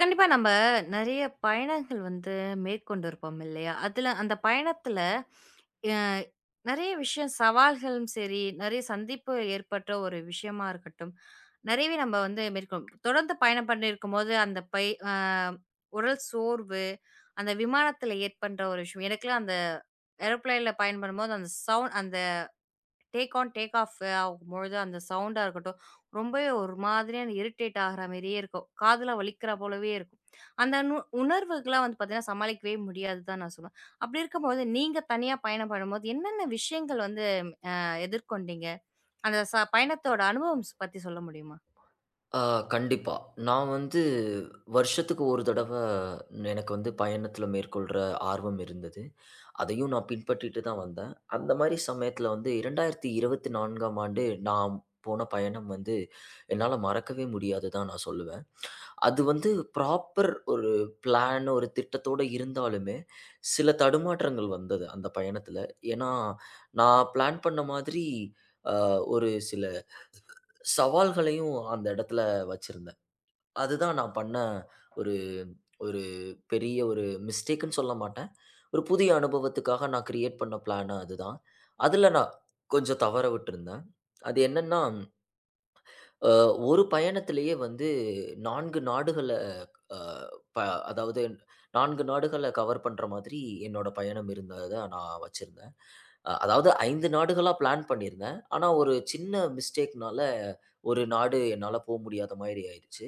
கண்டிப்பா நம்ம நெறைய பயணங்கள் வந்து மேற்கொண்டிருப்போம் இல்லையா? அதுல அந்த பயணத்துல அ நெறைய விஷயம் சவால்களும் சரி, நெறைய சந்திப்பு ஏற்பட்ட ஒரு விஷயமா இருக்கட்டும், நெறையவே நம்ம வந்து மேற்கொள் தொடர்ந்து பயணம் பண்ணியிருக்கும்போது அந்த பை அ உடல் சோர்வு, அந்த விமானத்துல ஏற்படுற ஒரு விஷயம். எனக்கெல்லாம் அந்த ஏரோப்ளேன்ல பயணம் பண்ணும்போது அந்த சவுண்ட் அந்த டேக் ஆன், டேக் ஆஃப் ஆகும்பொழுது அந்த சவுண்டா இருக்கட்டும், ரொம்பவே ஒரு மாதிரியான இரிட்டேட் ஆகுற மாரியே இருக்கும். காதுல வலிக்கிற போலவே இருக்கும். அந்த நு உணர்வுகள்லாம் வந்து பார்த்தீங்கன்னா, சமாளிக்கவே முடியாது தான் நான் சொல்லுவேன். அப்படி இருக்கும்போது, நீங்க தனியா பயணம் பண்ணும்போது என்னென்ன விஷயங்கள் வந்து எதிர்கொண்டீங்க? அந்த பயணத்தோட அனுபவம் பத்தி சொல்ல முடியுமா? ஆ கண்டிப்பா. நான் வந்து வருஷத்துக்கு ஒரு தடவ எனக்கு வந்து பயணத்தில மேற்கொள்ற ஆர்வம் இருந்தது. அதையும் நான் பின்பற்றிட்டு தான் வந்தேன். அந்த மாரி சமயத்தில வந்து 2024ஆம் ஆண்டு நான் போன பயணம் வந்து என்னால மறக்கவே முடியாது தான் நான் சொல்லுவேன். அது வந்து ப்ராப்பர் ஒரு பிளான், ஒரு திட்டத்தோட இருந்தாலுமே, சில தடுமாற்றங்கள் வந்தது அந்த பயணத்தில. ஏன்னா, நான் பிளான் பண்ண மாதிரி அ ஒரு சில சவால்களையும் அந்த இடத்துல வச்சிருந்தேன். அதுதான் நான் பண்ண ஒரு ஒரு பெரிய ஒரு மிஸ்டேக்குன்னு சொல்ல மாட்டேன். ஒரு புதிய அனுபவத்துக்காக நான் கிரியேட் பண்ண பிளான் அதுதான். அதுல நான் கொஞ்சம் தவற விட்டுருந்தேன். அது என்னன்னா, அ ஒரு பயணத்திலேயே வந்து 4 நாடுகள அ ப அதாவது 4 நாடுகள கவர் பண்ற மாதிரி என்னோட பயணம் இருந்தத நான் வச்சிருந்தேன். அதாவது 5 நாடுகளா பிளான் பண்ணியிருந்தேன். ஆனா, ஒரு சின்ன மிஸ்டேக்னால ஒரு நாடு என்னால போ முடியாத மாரி ஆயிடுச்சு.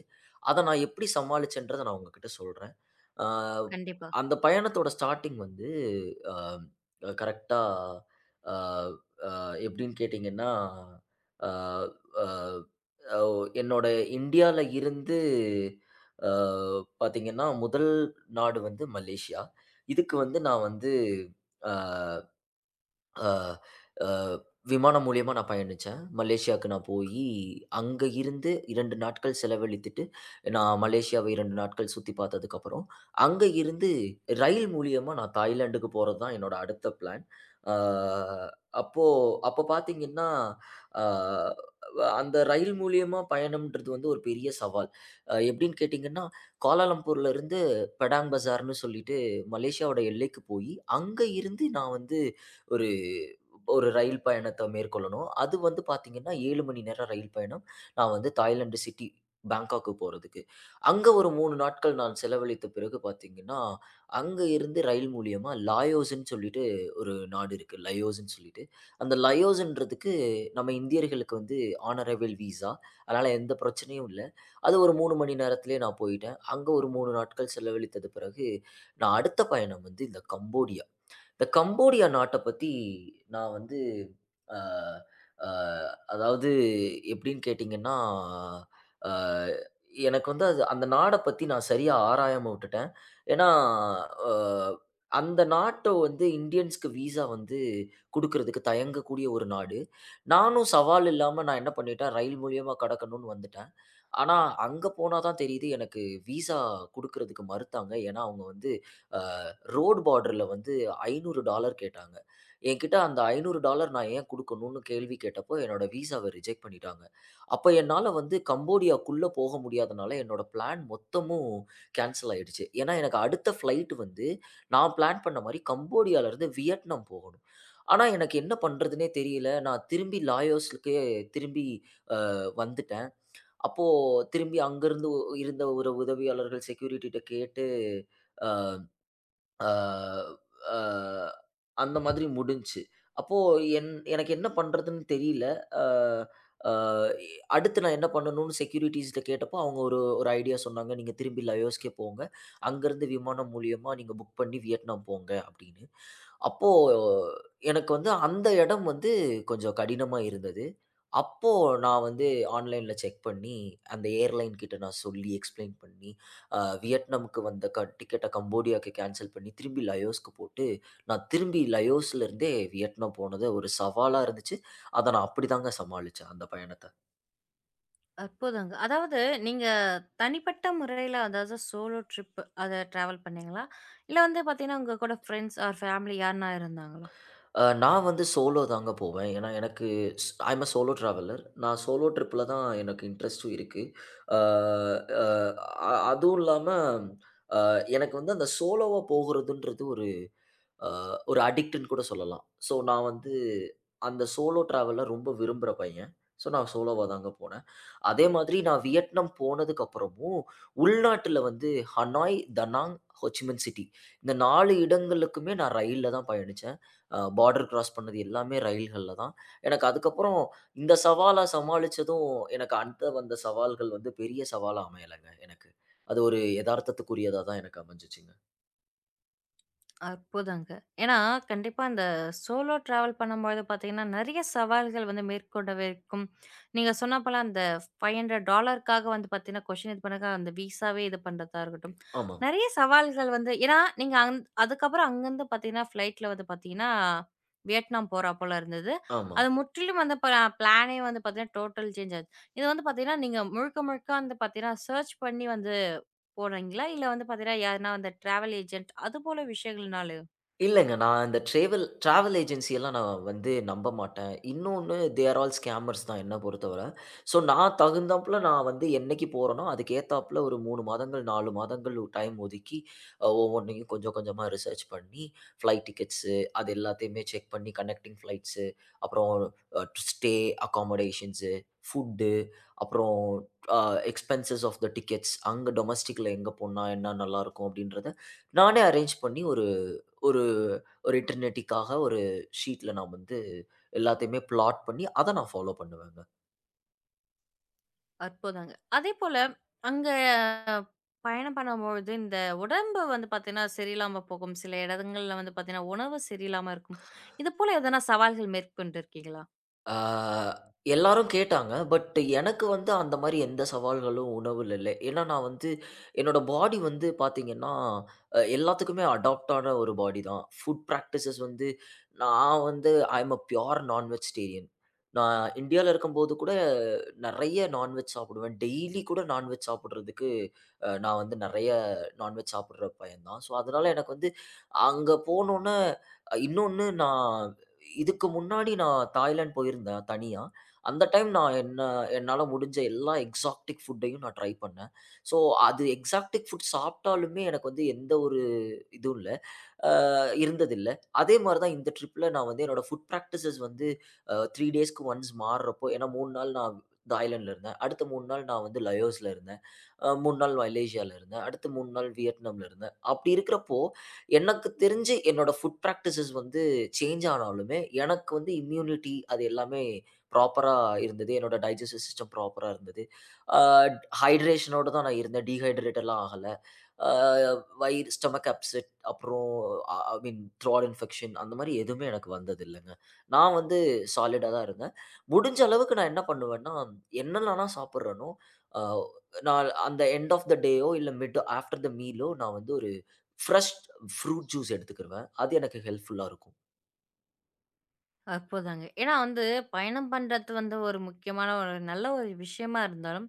அத நான் எப்படி சமாளிச்சேன்றத நான் உங்ககிட்ட சொல்றேன். அ கண்டிப்பா. அந்த பயணத்தோட ஸ்டார்ட்டிங் வந்து அ கரெக்ட்டா அ அ எப்படின்னு கேட்டீங்கன்னா, அ அ அ என்னோட இந்தியால இருந்து அ பார்த்தீங்கன்னா, முதல் நாடு வந்து மலேசியா. இதுக்கு வந்து நான் வந்து அ ஆ, ஆ, விமானம் மூலியமா நான் பயணிச்சேன். மலேசியாவுக்கு நான் போயி, அங்க இருந்து 2 நாட்கள் செலவழித்துட்டு, நான் மலேசியாவை 2 நாட்கள் சுத்தி பார்த்ததுக்கப்புறம், அங்க இருந்து ரயில் மூலியமா நான் தாய்லாந்துக்கு போறது தான் என்னோட அடுத்த பிளான். ஆ, அப்போ அப்போ பார்த்தீங்கன்னா, ஆ, அந்த ரயில் மூலியமா பயணம்ன்றது வந்து ஒரு பெரிய சவால். எப்படின்னு கேட்டீங்கன்னா, கோலாலம்பூர்ல இருந்து பெடாங் பஜார்ன்னு சொல்லிட்டு மலேசியாவோட எல்லைக்கு போயி, அங்க இருந்து நான் வந்து ஒரு ஒரு ரயில் பயணத்த மேற்கொள்ளணும். அது வந்து பார்த்தீங்கன்னா, 7 மணி நேரம் ரயில் பயணம். நான் வந்து தாய்லாந்து சிட்டி பேங்காக்கு போறதுக்கு. அங்க ஒரு 3 நாட்கள் நான் செலவழித்த பிறகு பார்த்தீங்கன்னா, அங்க இருந்து ரயில் மூலியமா லாயோஸ்ன்னு சொல்லிட்டு ஒரு நாடு இருக்கு. லயோஸ்ன்னு சொல்லிட்டு. அந்த லயோஸ்ன்றதுக்கு நம்ம இந்தியர்களுக்கு வந்து ஹானரபிள் விசா. அதனால எந்த பிரச்சனையும் இல்ல. அது ஒரு 3 மணி நேரத்திலேயே நான் போயிட்டேன். அங்க ஒரு 3 நாட்கள் செலவழித்தது பிறகு, நான் அடுத்த பயணம் வந்து இந்த கம்போடியா. இந்த கம்போடியா நாட்ட பத்தி நான் வந்து அ அ அதாவது எப்படின்னு கேட்டீங்கன்னா, அ எனக்கு வந்து அது அந்த நாட பத்தி நான் சரியா ஆராயாம விட்டுட்டேன். ஏன்னா, அ அந்த நாட்ட வந்து இந்தியன்ஸ்க்கு விசா வந்து குடுக்குறதுக்கு தயங்கக்கூடிய ஒரு நாடு. நானும் சவால் இல்லாம நான் என்ன பண்ணிட்டேன், ரயில் மூலியமா கடக்கணும்னு வந்துட்டேன். ஆனா, அங்க போனா தான் தெரியுது எனக்கு விசா குடுக்குறதுக்கு மறுத்தாங்க. ஏன்னா, அவங்க வந்து அ ரோட் பார்டர்ல வந்து $500 கேட்டாங்க. என்கிட்ட அந்த $500 நான் ஏன் குடுக்கணும்னு கேள்வி கேட்டப்போ, என்னோட விசாவ ரிஜெக்ட் பண்ணிட்டாங்க. அப்ப என்னால வந்து கம்போடியாக்குள்ள போக முடியாதனால, என்னோட பிளான் மொத்தமும் கேன்சல் ஆயிடுச்சு. ஏன்னா, எனக்கு அடுத்த ஃப்ளைட் வந்து நான் பிளான் பண்ண மாரி கம்போடியாலருந்து வியட்நாம் போகணும். ஆனா, எனக்கு என்ன பண்றதுன்னே தெரியல. நான் திரும்பி லாயோஸ்க்கே திரும்பி வந்துட்டேன். அப்போ திரும்பி அங்கருந்து இருந்த ஒரு உதவியாளர்கள் செக்யூரிட்டிட்ட கேட்டு, அ அ அந்த மாதிரி முடிஞ்ச்சு. அப்போ எனக்கு என்ன பண்றதுன்னு தெரியல. அ அ அடுத்து நான் என்ன பண்ணணும்னு செக்யூரிட்டீஸ்ட்ட கேட்டப்போ, அவங்க ஒரு ஒரு ஐடியா சொன்னாங்க. "நீங்க திரும்பி லயோஸ்க்கே போங்க. அங்கருந்து விமானம் மூலியமா நீங்க புக் பண்ணி வியட்நாம் போங்க" அப்படின்னு. அப்போ எனக்கு வந்து அந்த இடம் வந்து கொஞ்சம் கடினமா இருந்தது. அப்போ நான் வந்து ஆன்லைன்ல செக் பண்ணி, அந்த ஏர்லைன் கிட்ட நான் சொல்லி எக்ஸ்ப்ளைன் பண்ணி, அ வியட்நாமுக்கு வந்த டிக்கெட்ட கம்போடியாக்கு கேன்சல் பண்ணி, திரும்பி லயோஸ்க்கு போட்டு, நான் திரும்பி லயோஸ்லருந்தே வியட்நாம் போனது ஒரு சவாலா இருந்துச்சு. அத நான் அப்படிதாங்க சமாளிச்சேன் அந்த பயணத்த. அற்புதங்க. அதாவது நீங்க தனிப்பட்ட முறையில அதாவது சோலோ ட்ரிப் அத ட்ராவல் பண்ணீங்களா? இல்ல வந்து பார்த்தீங்கன்னா, உங்க கூட ஃப்ரெண்ட்ஸ் ஆர் ஃபேமிலி யாருன்னா இருந்தாங்களா? நான் வந்து சோலோ தாங்க போவேன். ஏன்னா எனக்கு I am a solo traveller. நான் சோலோ ட்ரிப்ல தான் எனக்கு இன்ட்ரெஸ்ட்டும் இருக்கு. அ அ அ அதுவும் இல்லாம அ எனக்கு வந்து அந்த சோலோவா போகுறதுன்றது ஒரு அ ஒரு அடிக்ட்டுன்னு கூட சொல்லலாம். ஸோ நான் வந்து அந்த சோலோ டிராவல ரொம்ப விரும்புற பையன். ஸோ நான் சோலோவா தாங்க போனேன். அதே மாதிரி நான் வியட்நாம் போனதுக்கு அப்புறமும், உள்நாட்டுல வந்து ஹனாய், தனாங், ஹோச்சிமின் சிட்டி இந்த 4 இடங்களுக்குமே நான் ரயில்ல தான் பயணிச்சேன். பார்டர் கிராஸ் பண்ணது எல்லாமே ரயில்கள்ல தான். எனக்கு அதுக்கப்புறம் இந்த சவாலா சமாளிச்சதும், எனக்கு அடுத்த வந்த சவால்கள் வந்து பெரிய சவாலா அமையலங்க எனக்கு. அது ஒரு எதார்த்தத்துக்குரியதா தான் எனக்கு அமைஞ்சுச்சுங்க. அற்புதங்க. ஏன்னா, கண்டிப்பா இந்த சோலோ ட்ராவல் பண்ணும்பொழுது பார்த்தீங்கன்னா, நெறைய சவால்கள் வந்து மேற்கொண்டவே இருக்கும். நீங்க சொன்னா போல அந்த $500க்காக வந்து பார்த்தீங்கன்னா, கொஷின் இது பண்ணாக்கா அந்த விசாவே இது பண்றதா இருக்கட்டும். ஆமாங்க. நெறைய சவால்கள் வந்து ஏன்னா, நீங்க அதுக்கப்புறம் அங்கருந்து பார்த்தீங்கன்னா, ஃப்ளைட்ல வந்து பார்த்தீங்கன்னா, வியட்நாம் போறா போல இருந்தது. ஆமா. அது முற்றிலும் வந்து ப பிளானே வந்து பார்த்தீங்கன்னா, டோட்டல் சேஞ்ச் ஆச்சு. இது வந்து பார்த்தீங்கன்னா, நீங்க முழுக்க முழுக்க வந்து பார்த்தீங்கன்னா, சர்ச் பண்ணி வந்து போறீங்களா? இல்ல வந்து பார்த்தீங்கன்னா, யாருனா அந்த ட்ராவல் ஏஜென்ட் அதுபோல விஷயங்கள்னால இல்லங்க. நான் இந்த டிராவல் ஏஜென்சி எல்லாம் நான் வந்து நம்ப மாட்டேன். இன்னொன்னு தே ஆர் ஆல் ஸ்கேமர்ஸ் தான் என்ன பொறுத்தவர. ஸோ நான் தகுந்தாப்புல நான் வந்து என்னைக்கு போறேனோ, அதுக்கு ஏத்தாப்புல ஒரு 3 மாதங்கள், 4 மாதங்கள் டைம் ஒதுக்கி ஒவ்வொன்னையும் கொஞ்சம் கொஞ்சமா ரிசர்ச் பண்ணி, ஃப்ளைட் டிக்கெட்ஸு அது எல்லாத்தையுமே செக் பண்ணி கனெக்டிங் ஃப்ளைட்ஸு, அப்புறம் அ ஸ்டே அக்காமடேஷன்ஸு, ஃபுட்டு, அப்புறம் அ எக்ஸ்பென்சஸ் ஆஃப் த டிக்கெட்ஸ். அங்க டொமஸ்டிக்ல எங்க போனா என்ன நல்லாருக்கும் அப்படின்றத நானே அரேஞ்ச் பண்ணி ஒரு ஒரு ஒரு இட்டர்னிட்டிக்காக ஒரு ஷீட்ல நான் வந்து எல்லாத்தையுமே பிளாட் பண்ணி, அத நான் ஃபாலோ பண்ணுவேங்க. அற்புதங்க. அதேபோல அங்க பயணம் பண்ணும்பொழுது, இந்த உடம்பு வந்து பார்த்தீங்கன்னா, சரியில்லாம போகும். சில இடங்கள்ல வந்து பார்த்தீங்கன்னா, உணவு சரியில்லாம இருக்கும். இது போல எதனா சவால்கள் மேற்கொண்டிருக்கீங்களா? ஆ, எல்லாரும் கேட்டாங்க. பட் எனக்கு வந்து அந்த மாரி எந்த சவால்களும் உணவுல இல்ல. ஏன்னா நான் வந்து என்னோட பாடி வந்து பார்த்தீங்கன்னா, எல்லாத்துக்குமே அடாப்ட் ஆன ஒரு பாடி தான். ஃபுட் பிராக்டிஸஸ் வந்து நான் வந்து ஐ அம் அ பியூர் நான் வெஜிடேரியன். நான் இந்தியால இருக்கும்போது கூட நெறைய நான்வெஜ் சாப்பிடுவேன். டெய்லி கூட நான்வெஜ் சாப்பிடுறதுக்கு நான் வந்து நெறைய நான்வெஜ் சாப்பிடுற பையன் தான். ஸோ, அதனால எனக்கு வந்து அங்க போனோனே இன்னொன்னு நான் இதுக்கு முன்னாடி நான் தாய்லாந்து போயிருந்தேன் தனியா. அந்த டைம் நான் என்ன என்னால முடிஞ்ச எல்லா எக்ஸாடிக் ஃபுட்டையும் நான் ட்ரை பண்ணேன். ஸோ, அது எக்ஸாடிக் ஃபுட் சாப்பிட்டாலுமே எனக்கு வந்து எந்த ஒரு இதுவும் இல்ல. அ இருந்ததில்ல. அதே மாரி தான் இந்த ட்ரிப்ல நான் வந்து என்னோட ஃபுட் பிராக்டிஸஸ் வந்து அ 3 டேஸ்க்கு ஒன்ஸ் மாறுறப்போ ஏன்னா 3 நாள் நான் இந்த ஐலேண்ட்ல இருந்தேன். அடுத்த 3 நாள் நான் வந்து லயோஸ்ல இருந்தேன். 3 நாள் மலேசியால இருந்தேன். அடுத்த 3 நாள் வியட்நாம்ல இருந்தேன். அப்படி இருக்கிறப்போ, எனக்கு தெரிஞ்சு என்னோட ஃபுட் பிராக்டிஸஸ் வந்து சேஞ்ச் ஆனாலுமே, எனக்கு வந்து இம்யூனிட்டி அது எல்லாமே ப்ராப்பரா இருந்தது. என்னோட டைஜெஸ்டிவ் சிஸ்டம் ப்ராப்பரா இருந்தது. அ ஹைட்ரேஷனோட தான் நான் இருந்தேன். டீஹைட்ரேட் எல்லாம் ஆகல. ஆ வயிறு ஸ்டொமக் அப்செட் அப்புறம் ஐ மீன் த்ராட் இன்ஃபெக்ஷன் அந்த மாரி எதுவுமே எனக்கு வந்ததில்லங்க. நான் வந்து சாலிடா தான் இருந்தேன். முடிஞ்ச அளவுக்கு நான் என்ன பண்ணுவேன்னா, என்னென்னலாம் நான் சாப்பிடுறேனோ, அ நான் அந்த எண்ட் ஆஃப் த டேயோ இல்ல மிட் ஆஃப்டர் த மீலோ நான் வந்து ஒரு ஃப்ரெஷ் ஃப்ரூட் ஜூஸ் எடுத்துக்கிருவேன். அது எனக்கு ஹெல்ப்ஃபுல்லா இருக்கும். அற்புதங்க. ஏன்னா வந்து பயணம் பண்றது வந்து ஒரு முக்கியமான ஒரு நல்ல ஒரு விஷயமா இருந்தாலும்,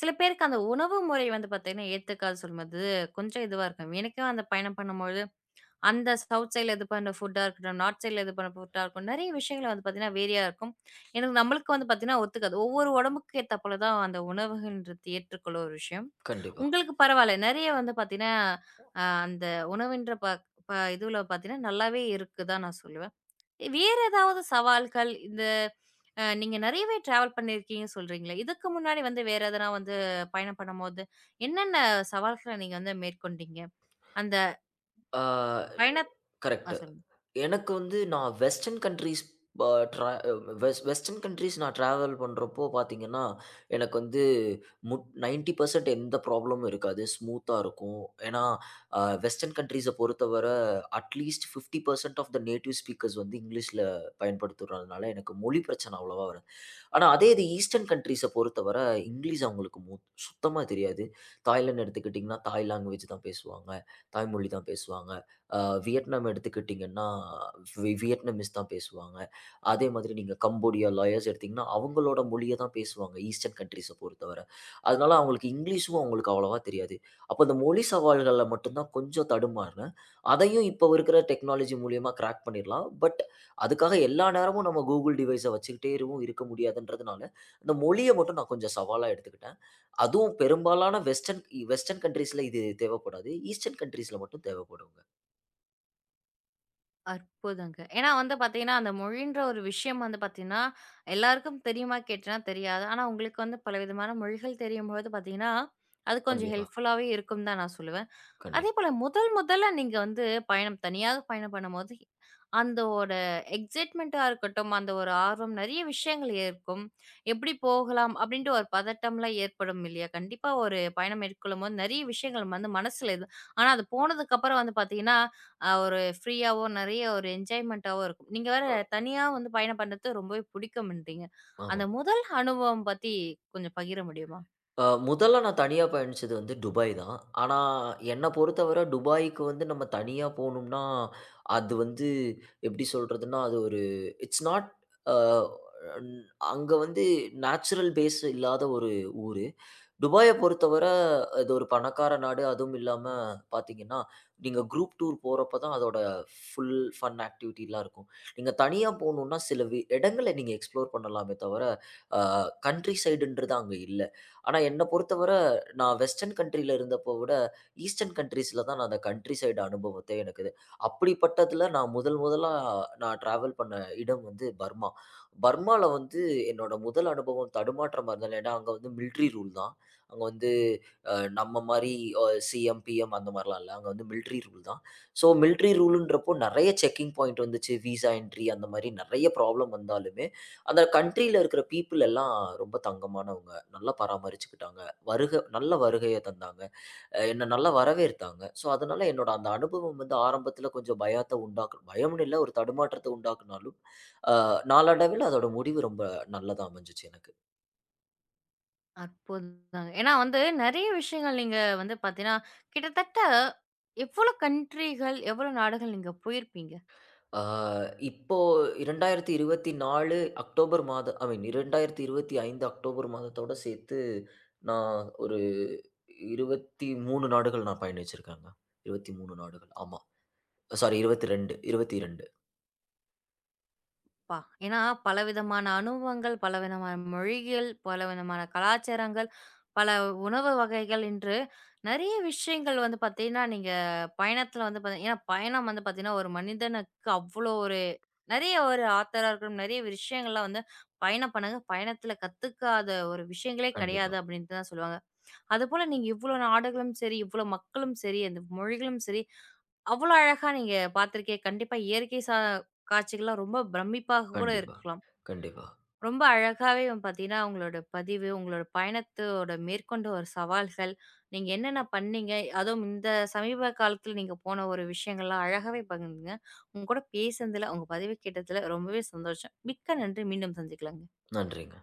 சில பேருக்கு அந்த உணவு முறை வந்து பார்த்தீங்கன்னா, ஏத்துக்காது சொல்லும்போது கொஞ்சம் இதுவா இருக்கும். எனக்கே அந்த பயணம் பண்ணும்பொழுது அந்த சவுத் சைட்ல இது பண்ற ஃபுட்டா இருக்கட்டும், நார்த் சைட்ல இது பண்ற ஃபுட்டா இருக்கும். நெறைய விஷயங்கள் வந்து பார்த்தீங்கன்னா, வேரியா இருக்கும். எனக்கு நம்மளுக்கு வந்து பார்த்தீங்கன்னா ஒத்துக்காது. ஒவ்வொரு உடம்புக்கு ஏத்தா போல தான் அந்த உணவுகள்ன்றது ஏற்றுக்கொள்ள ஒரு விஷயம். கண்டிப்பா. உங்களுக்கு பரவால்ல. நெறைய வந்து பார்த்தீங்கன்னா, அந்த உணவுன்ற ப ப இதுல பார்த்தீங்கன்னா, நல்லாவே இருக்கு தான் நான் சொல்லுவேன். வேற ஏதாவது சவால்கள் இந்த நீங்க நெறையவே டிராவல் பண்ணியிருக்கீங்கன்னு சொல்றீங்களே, இதுக்கு முன்னாடி வந்து வேற எதனா வந்து பயணம் பண்ணும்போது, என்னென்ன சவால்கள நீங்க வந்து மேற்கொண்டீங்க? அந்த ஆ பயண ஆ கரெக்ட். சொல்லுங்க. எனக்கு வந்து நான் வெஸ்டர்ன் கன்ட்ரீஸ் ப ட்ரா வெஸ் வெஸ்டர்ன் கன்ட்ரீஸ் நான் ட்ராவல் பண்ணுறப்போ பார்த்தீங்கன்னா, எனக்கு வந்து முட் 90% எந்த ப்ராப்ளமும் இருக்காது. ஸ்மூத்தா இருக்கும். ஏன்னா, வெஸ்டர்ன் கன்ட்ரீஸ பொறுத்தவர at least 50% of the native speakers வந்து இங்கிலீஷ்ல பயன்படுத்துறதுனால, எனக்கு மொழி பிரச்சனை அவ்வளவா வராது. ஆனா, அதே இது ஈஸ்டர்ன் கன்ட்ரீஸ பொறுத்தவர இங்கிலீஷ் அவங்களுக்கு சுத்தமா தெரியாது. தாய்லாந்து எடுத்துக்கிட்டிங்கன்னா, தாய் லாங்குவேஜ் தான் பேசுவாங்க. தாய்மொழி தான் பேசுவாங்க. அ வியட்நாம் எடுத்துக்கிட்டிங்கன்னா, வியட்நாமீஸ் தான் பேசுவாங்க. அதே மாதிரி நீங்க கம்போடியா, லாயர்ஸ் எடுத்தீங்கன்னா, அவங்களோட மொழிய தான் பேசுவாங்க. ஈஸ்டர்ன் கன்ட்ரீஸ பொறுத்தவர. அதனால அவங்களுக்கு இங்கிலீஷும் அவங்களுக்கு அவ்வளவா தெரியாது. அப்ப அந்த மொழி சவால்கள்ல மட்டும் தான் கொஞ்சம் தடுமாறுனேன். அதையும் இப்ப இருக்கிற டெக்னாலஜி மூலியமா கிராக் பண்ணிடலாம். பட் அதுக்காக எல்லா நேரமும் நம்ம Google டிவைஸ வச்சுக்கிட்டேவும் இருக்க முடியாதுன்றதுனால, இந்த மொழிய மட்டும் நான் கொஞ்சம் சவாலா எடுத்துக்கிட்டேன். அதுவும் பெரும்பாலான வெஸ்டர்ன் வெஸ்டர்ன் கன்ட்ரீஸ்ல இது தேவைப்படாது. ஈஸ்டர்ன் கன்ட்ரீஸ்ல மட்டும் தேவைப்படுங்க. அற்புதங்க. ஏன்னா வந்து பார்த்தீங்கன்னா, அந்த மொழின்ற ஒரு விஷயம் வந்து பார்த்தீங்கன்னா, எல்லாருக்கும் தெரியுமா கேட்டனா தெரியாது. ஆனா உங்களுக்கு வந்து பலவிதமான மொழிகள் தெரியும்பொழுது பார்த்தீங்கன்னா, அது கொஞ்சம் கண்டிப்பா. ஹெல்ப்ஃபுல்லாவே இருக்கும்னு தான் நான் சொல்லுவேன். கண்டிப்பா. அதேபோல முதல் முதல்ல நீங்க வந்து பயணம் தனியாக பயணம் பண்ணும்போது, அந்த ஒரு எக்ஸைட்மெண்ட்டா இருக்கட்டும், அந்த ஒரு ஆர்வம் நெறைய விஷயங்கள் இருக்கும். எப்படி போகலாம் அப்படின்ட்டு ஒரு பதட்டம்லாம் ஏற்படும் இல்லையா? கண்டிப்பா ஒரு பயணம் மேற்கொள்ளும்போது நெறைய விஷயங்கள் வந்து மனசுல இது ஆனா அது போனதுக்கப்புறம் வந்து பார்த்தீங்கன்னா, ஒரு ஃப்ரீயாவோ நெறைய ஒரு என்ஜாய்மெண்ட்டாவோ இருக்கும். நீங்க வேற தனியா வந்து பயணம் பண்றது ரொம்பவே பிடிக்கும்ன்றீங்க. ஆமா. அந்த முதல் அனுபவம் பத்தி கொஞ்சம் பகிர முடியுமா? முதல்ல நான் தனியா பயணிச்சது வந்து துபாய் தான். ஆனா, என்ன பொறுத்தவர துபாய்க்கு வந்து நம்ம தனியா போணும்னா, அது வந்து எப்படி சொல்றதுன்னா, அது ஒரு இட்ஸ் நாட் அ அன் அங்க வந்து நேச்சுரல் பேஸ் இல்லாத ஒரு ஊரு. துபாய பொறுத்தவர அது ஒரு பணக்கார நாடு. அதுவும் இல்லாம பார்த்தீங்கன்னா, நீங்க குரூப் டூர் போறப்ப தான் அதோட ஃபுல் ஃபன் ஆக்டிவிட்டிலாம் இருக்கும். நீங்க தனியா போணும்னா சில இடங்கள நீங்க எக்ஸ்ப்ளோர் பண்ணலாமே தவிர, அ கண்ட்ரி சைடுன்றது அங்க இல்ல. ஆனா என்ன பொறுத்தவர, நான் வெஸ்டர்ன் கண்ட்ரில இருந்தப்போ விட, ஈஸ்டர்ன் கண்ட்ரீஸ்ல தான் நான் அந்த கண்ட்ரி சைடு அனுபவத்தே எனக்கு இது. அப்படிப்பட்டதுல நான் முதல் முதலா நான் டிராவல் பண்ண இடம் வந்து பர்மா. பர்மால வந்து என்னோட முதல் அனுபவம் தடுமாற்றமா இருந்தது. ஏன்னா, அங்க வந்து மிலிட்டரி ரூல் தான். அங்க வந்து நம்ம மாரி சிஎம், பிஎம் அந்த மாரிலாம் இல்ல. அங்க வந்து மிலிட்டரி ரூல் தான். ஸோ மிலிட்டரி ரூல்ன்றப்போ நெறைய செக்கிங் பாயிண்ட் வந்துச்சு. விசா என்ட்ரி அந்த மாரி நெறைய ப்ராப்ளம் வந்தாலுமே அந்த கண்ட்ரில இருக்கிற பீப்பிள் எல்லாம் ரொம்ப தங்கமானவங்க. நல்லா பராமரிச்சுக்கிட்டாங்க. நல்ல வருகைய தந்தாங்க. என்ன நல்லா வரவேற்த்தாங்க. ஸோ, அதனால என்னோட அந்த அனுபவம் வந்து ஆரம்பத்தில கொஞ்சம் பயத்த பயம்னு இல்ல ஒரு தடுமாற்றத்த உண்டாக்குனாலும், அ நாளடைவில அதோட முடிவு ரொம்ப நல்லதா அமைஞ்சுச்சு எனக்கு. அற்புதங்க. ஏன்னா வந்து நெறைய விஷயங்கள் நீங்க வந்து பார்த்தீங்கன்னா, கிட்டத்தட்ட எவ்வளோ கண்ட்ரிகள், எவ்வளோ நாடுகள் நீங்க போயிருப்பீங்க? ஆ இப்போ 2024 அக்டோபர் மாதம் ஐ மீன் 2025 அக்டோபர் மாதத்தோட சேர்த்து நான் ஒரு 23 நாடுகள் நான் பயணிச்சிருக்கேங்க. 23 நாடுகள். ஆமா. சாரி 22, 22 அப்பா! ஏன்னா பலவிதமான அனுபவங்கள், பலவிதமான மொழிகள், பலவிதமான கலாச்சாரங்கள், பல உணவு வகைகள் என்று நெறைய விஷயங்கள் வந்து பார்த்தீங்கன்னா, நீங்க பயணத்துல வந்து பார்த்தீங் ஏன்னா பயணம் வந்து பார்த்தீங்கன்னா, ஒரு மனிதனுக்கு அவ்வளோ ஒரு நெறைய ஒரு ஆத்தரா இருக்கணும், நெறைய விஷயங்கள்லாம் வந்து பயணம் பண்ணுங்க. பயணத்துல கத்துக்காத ஒரு விஷயங்களே கண்டிப்பா, கிடையாது அப்டின்ட்டு தான் சொல்லுவாங்க. அதுபோல நீங்க இவ்ளோ நாடுகளும் சரி, இவ்ளோ மக்களும் சரி, அந்த மொழிகளும் சரி, அவ்ளோ அழகா நீங்க பார்த்திருக்கே. கண்டிப்பா இயற்கை காட்சிகள்லாம் ரொம்ப பிரமிப்பாக கூட கண்டிப்பா, இருக்கலாம். கண்டிப்பா. ரொம்ப அழகாவே வந்து பார்த்தீங்கன்னா, உங்களோட பதிவு, உங்களோட பயணத்தோட மேற்கொண்ட ஒரு சவால்கள், நீங்க என்னென்ன பண்ணீங்க? அதுவும் இந்த சமீப காலத்துல நீங்க போன ஒரு விஷயங்கள்லாம் அழகாவே பகிர்ந்தீங்க. உங்க கூட பேசுனதுல, உங்க பதிவு கேட்டதுல ரொம்பவே சந்தோஷம். மிக்க நன்றி. மீண்டும் சந்திக்கலாங்க. நன்றிங்க.